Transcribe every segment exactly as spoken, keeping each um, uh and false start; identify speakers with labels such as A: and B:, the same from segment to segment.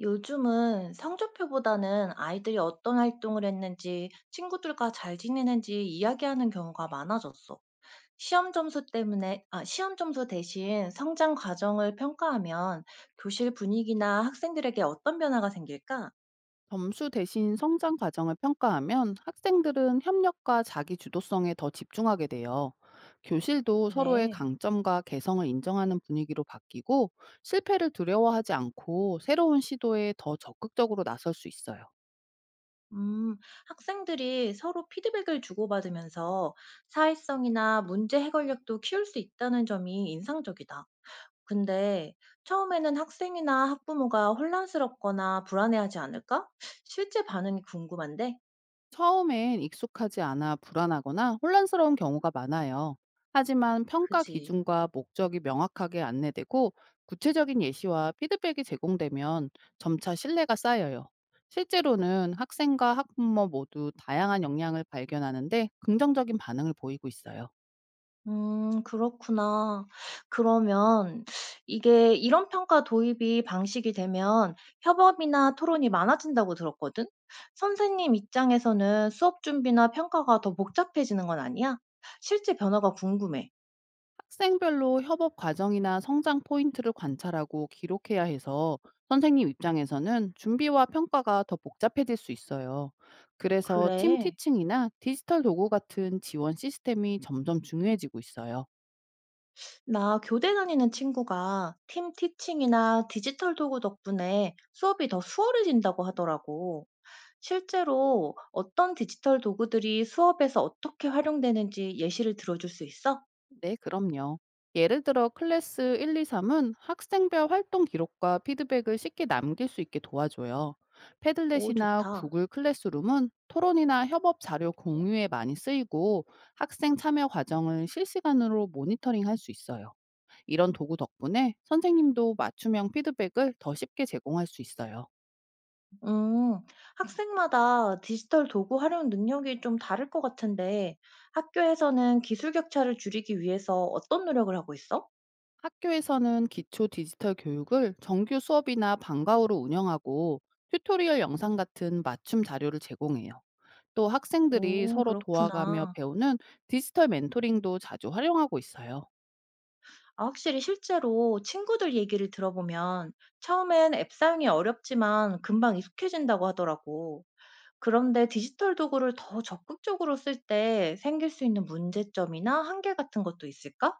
A: 요즘은 성적표보다는 아이들이 어떤 활동을 했는지, 친구들과 잘 지내는지 이야기하는 경우가 많아졌어. 시험 점수 때문에, 아, 시험 점수 대신 성장 과정을 평가하면 교실 분위기나 학생들에게 어떤 변화가 생길까?
B: 점수 대신 성장 과정을 평가하면 학생들은 협력과 자기 주도성에 더 집중하게 돼요. 교실도 서로의
A: 그래.
B: 강점과 개성을 인정하는 분위기로 바뀌고, 실패를 두려워하지 않고 새로운 시도에 더 적극적으로 나설 수 있어요.
A: 음, 학생들이 서로 피드백을 주고받으면서 사회성이나 문제 해결력도 키울 수 있다는 점이 인상적이다. 근데 처음에는 학생이나 학부모가 혼란스럽거나 불안해하지 않을까? 실제 반응이 궁금한데?
B: 처음엔 익숙하지 않아 불안하거나 혼란스러운 경우가 많아요. 하지만 평가
A: 그지?
B: 기준과 목적이 명확하게 안내되고 구체적인 예시와 피드백이 제공되면 점차 신뢰가 쌓여요. 실제로는 학생과 학부모 모두 다양한 역량을 발견하는데 긍정적인 반응을 보이고 있어요.
A: 음, 그렇구나. 그러면 이게 이런 평가 도입이 방식이 되면 협업이나 토론이 많아진다고 들었거든? 선생님 입장에서는 수업 준비나 평가가 더 복잡해지는 건 아니야? 실제 변화가 궁금해.
B: 학생별로 협업 과정이나 성장 포인트를 관찰하고 기록해야 해서 선생님 입장에서는 준비와 평가가 더 복잡해질 수 있어요. 그래서 팀
A: 그래.
B: 티칭이나 디지털 도구 같은 지원 시스템이 점점 중요해지고 있어요.
A: 나 교대 다니는 친구가 팀 티칭이나 디지털 도구 덕분에 수업이 더 수월해진다고 하더라고. 실제로 어떤 디지털 도구들이 수업에서 어떻게 활용되는지 예시를 들어줄 수 있어?
B: 네, 그럼요. 예를 들어 클래스 일, 이, 삼은 학생별 활동 기록과 피드백을 쉽게 남길 수 있게 도와줘요.
A: 오,
B: 패들렛이나
A: 좋다.
B: 구글 클래스룸은 토론이나 협업 자료 공유에 많이 쓰이고 학생 참여 과정을 실시간으로 모니터링할 수 있어요. 이런 도구 덕분에 선생님도 맞춤형 피드백을 더 쉽게 제공할 수 있어요.
A: 음, 학생마다 디지털 도구 활용 능력이 좀 다를 것 같은데 학교에서는 기술 격차를 줄이기 위해서 어떤 노력을 하고 있어?
B: 학교에서는 기초 디지털 교육을 정규 수업이나 방과후로 운영하고 튜토리얼 영상 같은 맞춤 자료를 제공해요. 또 학생들이
A: 오,
B: 서로 도와가며
A: 그렇구나.
B: 배우는 디지털 멘토링도 자주 활용하고 있어요.
A: 아, 확실히 실제로 친구들 얘기를 들어보면 처음엔 앱 사용이 어렵지만 금방 익숙해진다고 하더라고. 그런데 디지털 도구를 더 적극적으로 쓸 때 생길 수 있는 문제점이나 한계 같은 것도 있을까?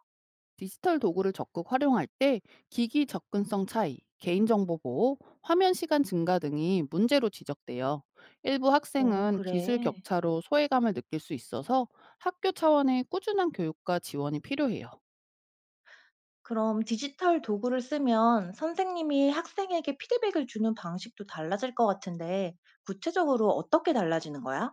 B: 디지털 도구를 적극 활용할 때 기기 접근성 차이, 개인정보 보호, 화면 시간 증가 등이 문제로 지적돼요. 일부
A: 어,
B: 학생은 기술
A: 그래.
B: 격차로 소외감을 느낄 수 있어서 학교 차원의 꾸준한 교육과 지원이 필요해요.
A: 그럼 디지털 도구를 쓰면 선생님이 학생에게 피드백을 주는 방식도 달라질 것 같은데 구체적으로 어떻게 달라지는 거야?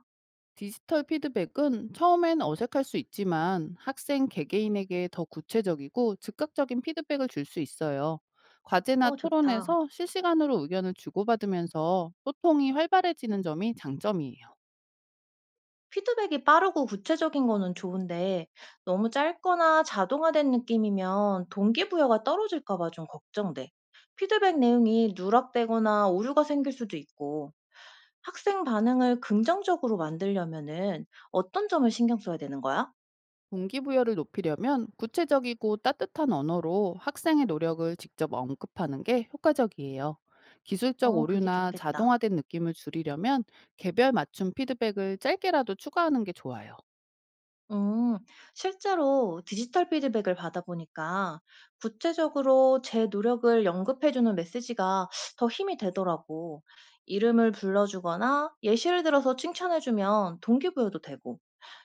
B: 디지털 피드백은 처음엔 어색할 수 있지만 학생 개개인에게 더 구체적이고 즉각적인 피드백을 줄 수 있어요. 과제나
A: 어, 좋다.
B: 토론에서 실시간으로 의견을 주고받으면서 소통이 활발해지는 점이 장점이에요.
A: 피드백이 빠르고 구체적인 거는 좋은데 너무 짧거나 자동화된 느낌이면 동기부여가 떨어질까 봐 좀 걱정돼. 피드백 내용이 누락되거나 오류가 생길 수도 있고 학생 반응을 긍정적으로 만들려면은 어떤 점을 신경 써야 되는 거야?
B: 동기부여를 높이려면 구체적이고 따뜻한 언어로 학생의 노력을 직접 언급하는 게 효과적이에요. 기술적
A: 어, 그게
B: 오류나
A: 좋겠다.
B: 자동화된 느낌을 줄이려면 개별 맞춤 피드백을 짧게라도 추가하는 게 좋아요.
A: 음, 실제로 디지털 피드백을 받아보니까 구체적으로 제 노력을 언급해주는 메시지가 더 힘이 되더라고. 이름을 불러주거나 예시를 들어서 칭찬해주면 동기부여도 되고,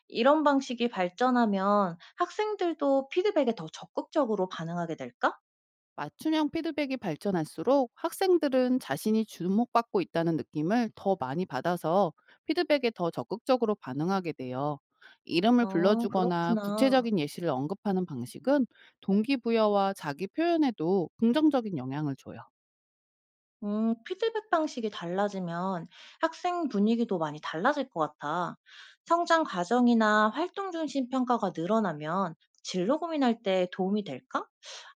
A: 이런 방식이 발전하면 학생들도 피드백에 더 적극적으로 반응하게 될까?
B: 맞춤형 피드백이 발전할수록 학생들은 자신이 주목받고 있다는 느낌을 더 많이 받아서 피드백에 더 적극적으로 반응하게 돼요. 이름을
A: 어,
B: 불러주거나
A: 그렇구나.
B: 구체적인 예시를 언급하는 방식은 동기부여와 자기 표현에도 긍정적인 영향을 줘요.
A: 음, 피드백 방식이 달라지면 학생 분위기도 많이 달라질 것 같아. 성장 과정이나 활동 중심 평가가 늘어나면 진로 고민할 때 도움이 될까?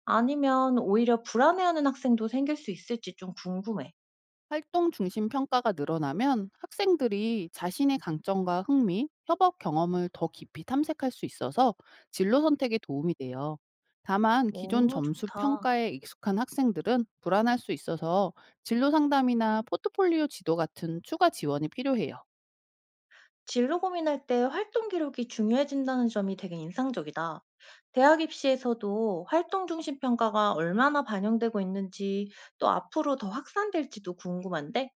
A: 아니면 오히려 불안해하는 학생도 생길 수 있을지 좀 궁금해.
B: 활동 중심 평가가 늘어나면 학생들이 자신의 강점과 흥미, 협업 경험을 더 깊이 탐색할 수 있어서 진로 선택에 도움이 돼요. 다만 기존
A: 오,
B: 점수
A: 좋다.
B: 평가에 익숙한 학생들은 불안할 수 있어서 진로 상담이나 포트폴리오 지도 같은 추가 지원이 필요해요.
A: 진로 고민할 때 활동 기록이 중요해진다는 점이 되게 인상적이다. 대학 입시에서도 활동 중심 평가가 얼마나 반영되고 있는지 또 앞으로 더 확산될지도 궁금한데?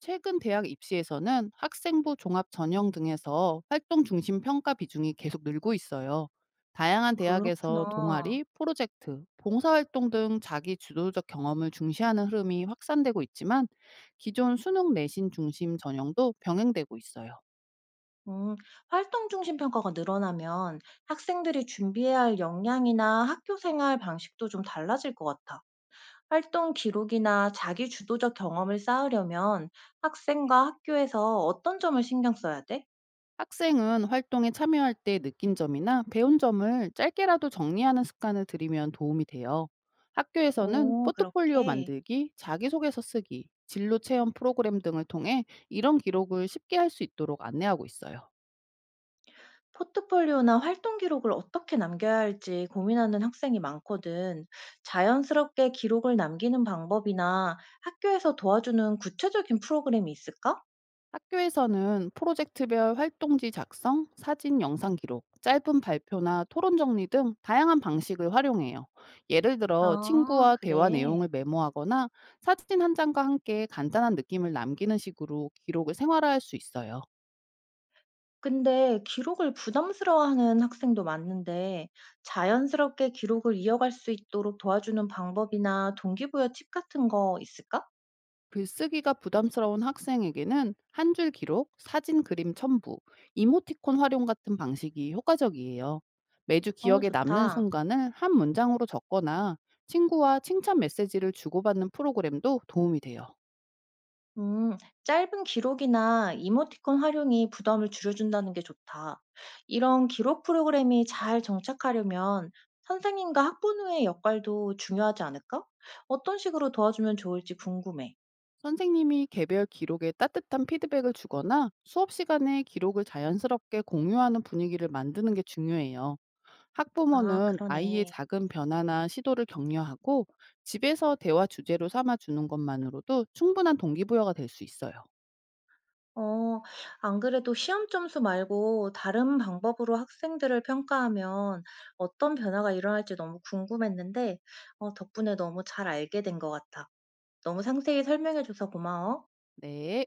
B: 최근 대학 입시에서는 학생부 종합 전형 등에서 활동 중심 평가 비중이 계속 늘고 있어요. 다양한 대학에서
A: 그렇구나.
B: 동아리, 프로젝트, 봉사활동 등 자기 주도적 경험을 중시하는 흐름이 확산되고 있지만 기존 수능 내신 중심 전형도 병행되고 있어요.
A: 음, 활동 중심 평가가 늘어나면 학생들이 준비해야 할 역량이나 학교 생활 방식도 좀 달라질 것 같아. 활동 기록이나 자기 주도적 경험을 쌓으려면 학생과 학교에서 어떤 점을 신경 써야 돼?
B: 학생은 활동에 참여할 때 느낀 점이나 배운 점을 짧게라도 정리하는 습관을 들이면 도움이 돼요. 학교에서는
A: 오,
B: 포트폴리오
A: 그렇게.
B: 만들기, 자기소개서 쓰기, 진로 체험 프로그램 등을 통해 이런 기록을 쉽게 할 수 있도록 안내하고 있어요.
A: 포트폴리오나 활동 기록을 어떻게 남겨야 할지 고민하는 학생이 많거든. 자연스럽게 기록을 남기는 방법이나 학교에서 도와주는 구체적인 프로그램이 있을까?
B: 학교에서는 프로젝트별 활동지 작성, 사진 영상 기록, 짧은 발표나 토론 정리 등 다양한 방식을 활용해요. 예를 들어
A: 아,
B: 친구와 대화 내용을
A: 그래.
B: 메모하거나 사진 한 장과 함께 간단한 느낌을 남기는 식으로 기록을 생활화할 수 있어요.
A: 근데 기록을 부담스러워하는 학생도 많은데 자연스럽게 기록을 이어갈 수 있도록 도와주는 방법이나 동기부여 팁 같은 거 있을까?
B: 글쓰기가 부담스러운 학생에게는 한 줄 기록, 사진 그림 첨부, 이모티콘 활용 같은 방식이 효과적이에요. 매주
A: 어,
B: 기억에 남는
A: 좋다.
B: 순간을 한 문장으로 적거나 친구와 칭찬 메시지를 주고받는 프로그램도 도움이 돼요.
A: 음, 짧은 기록이나 이모티콘 활용이 부담을 줄여준다는 게 좋다. 이런 기록 프로그램이 잘 정착하려면 선생님과 학부모의 역할도 중요하지 않을까? 어떤 식으로 도와주면 좋을지 궁금해.
B: 선생님이 개별 기록에 따뜻한 피드백을 주거나 수업 시간에 기록을 자연스럽게 공유하는 분위기를 만드는 게 중요해요.
A: 아,
B: 학부모는 아이의
A: 그러네.
B: 작은 변화나 시도를 격려하고 집에서 대화 주제로 삼아 주는 것만으로도 충분한 동기부여가 될 수 있어요.
A: 어, 안 그래도 시험 점수 말고 다른 방법으로 학생들을 평가하면 어떤 변화가 일어날지 너무 궁금했는데, 어, 덕분에 너무 잘 알게 된 것 같아. 너무 상세히 설명해줘서 고마워.
B: 네.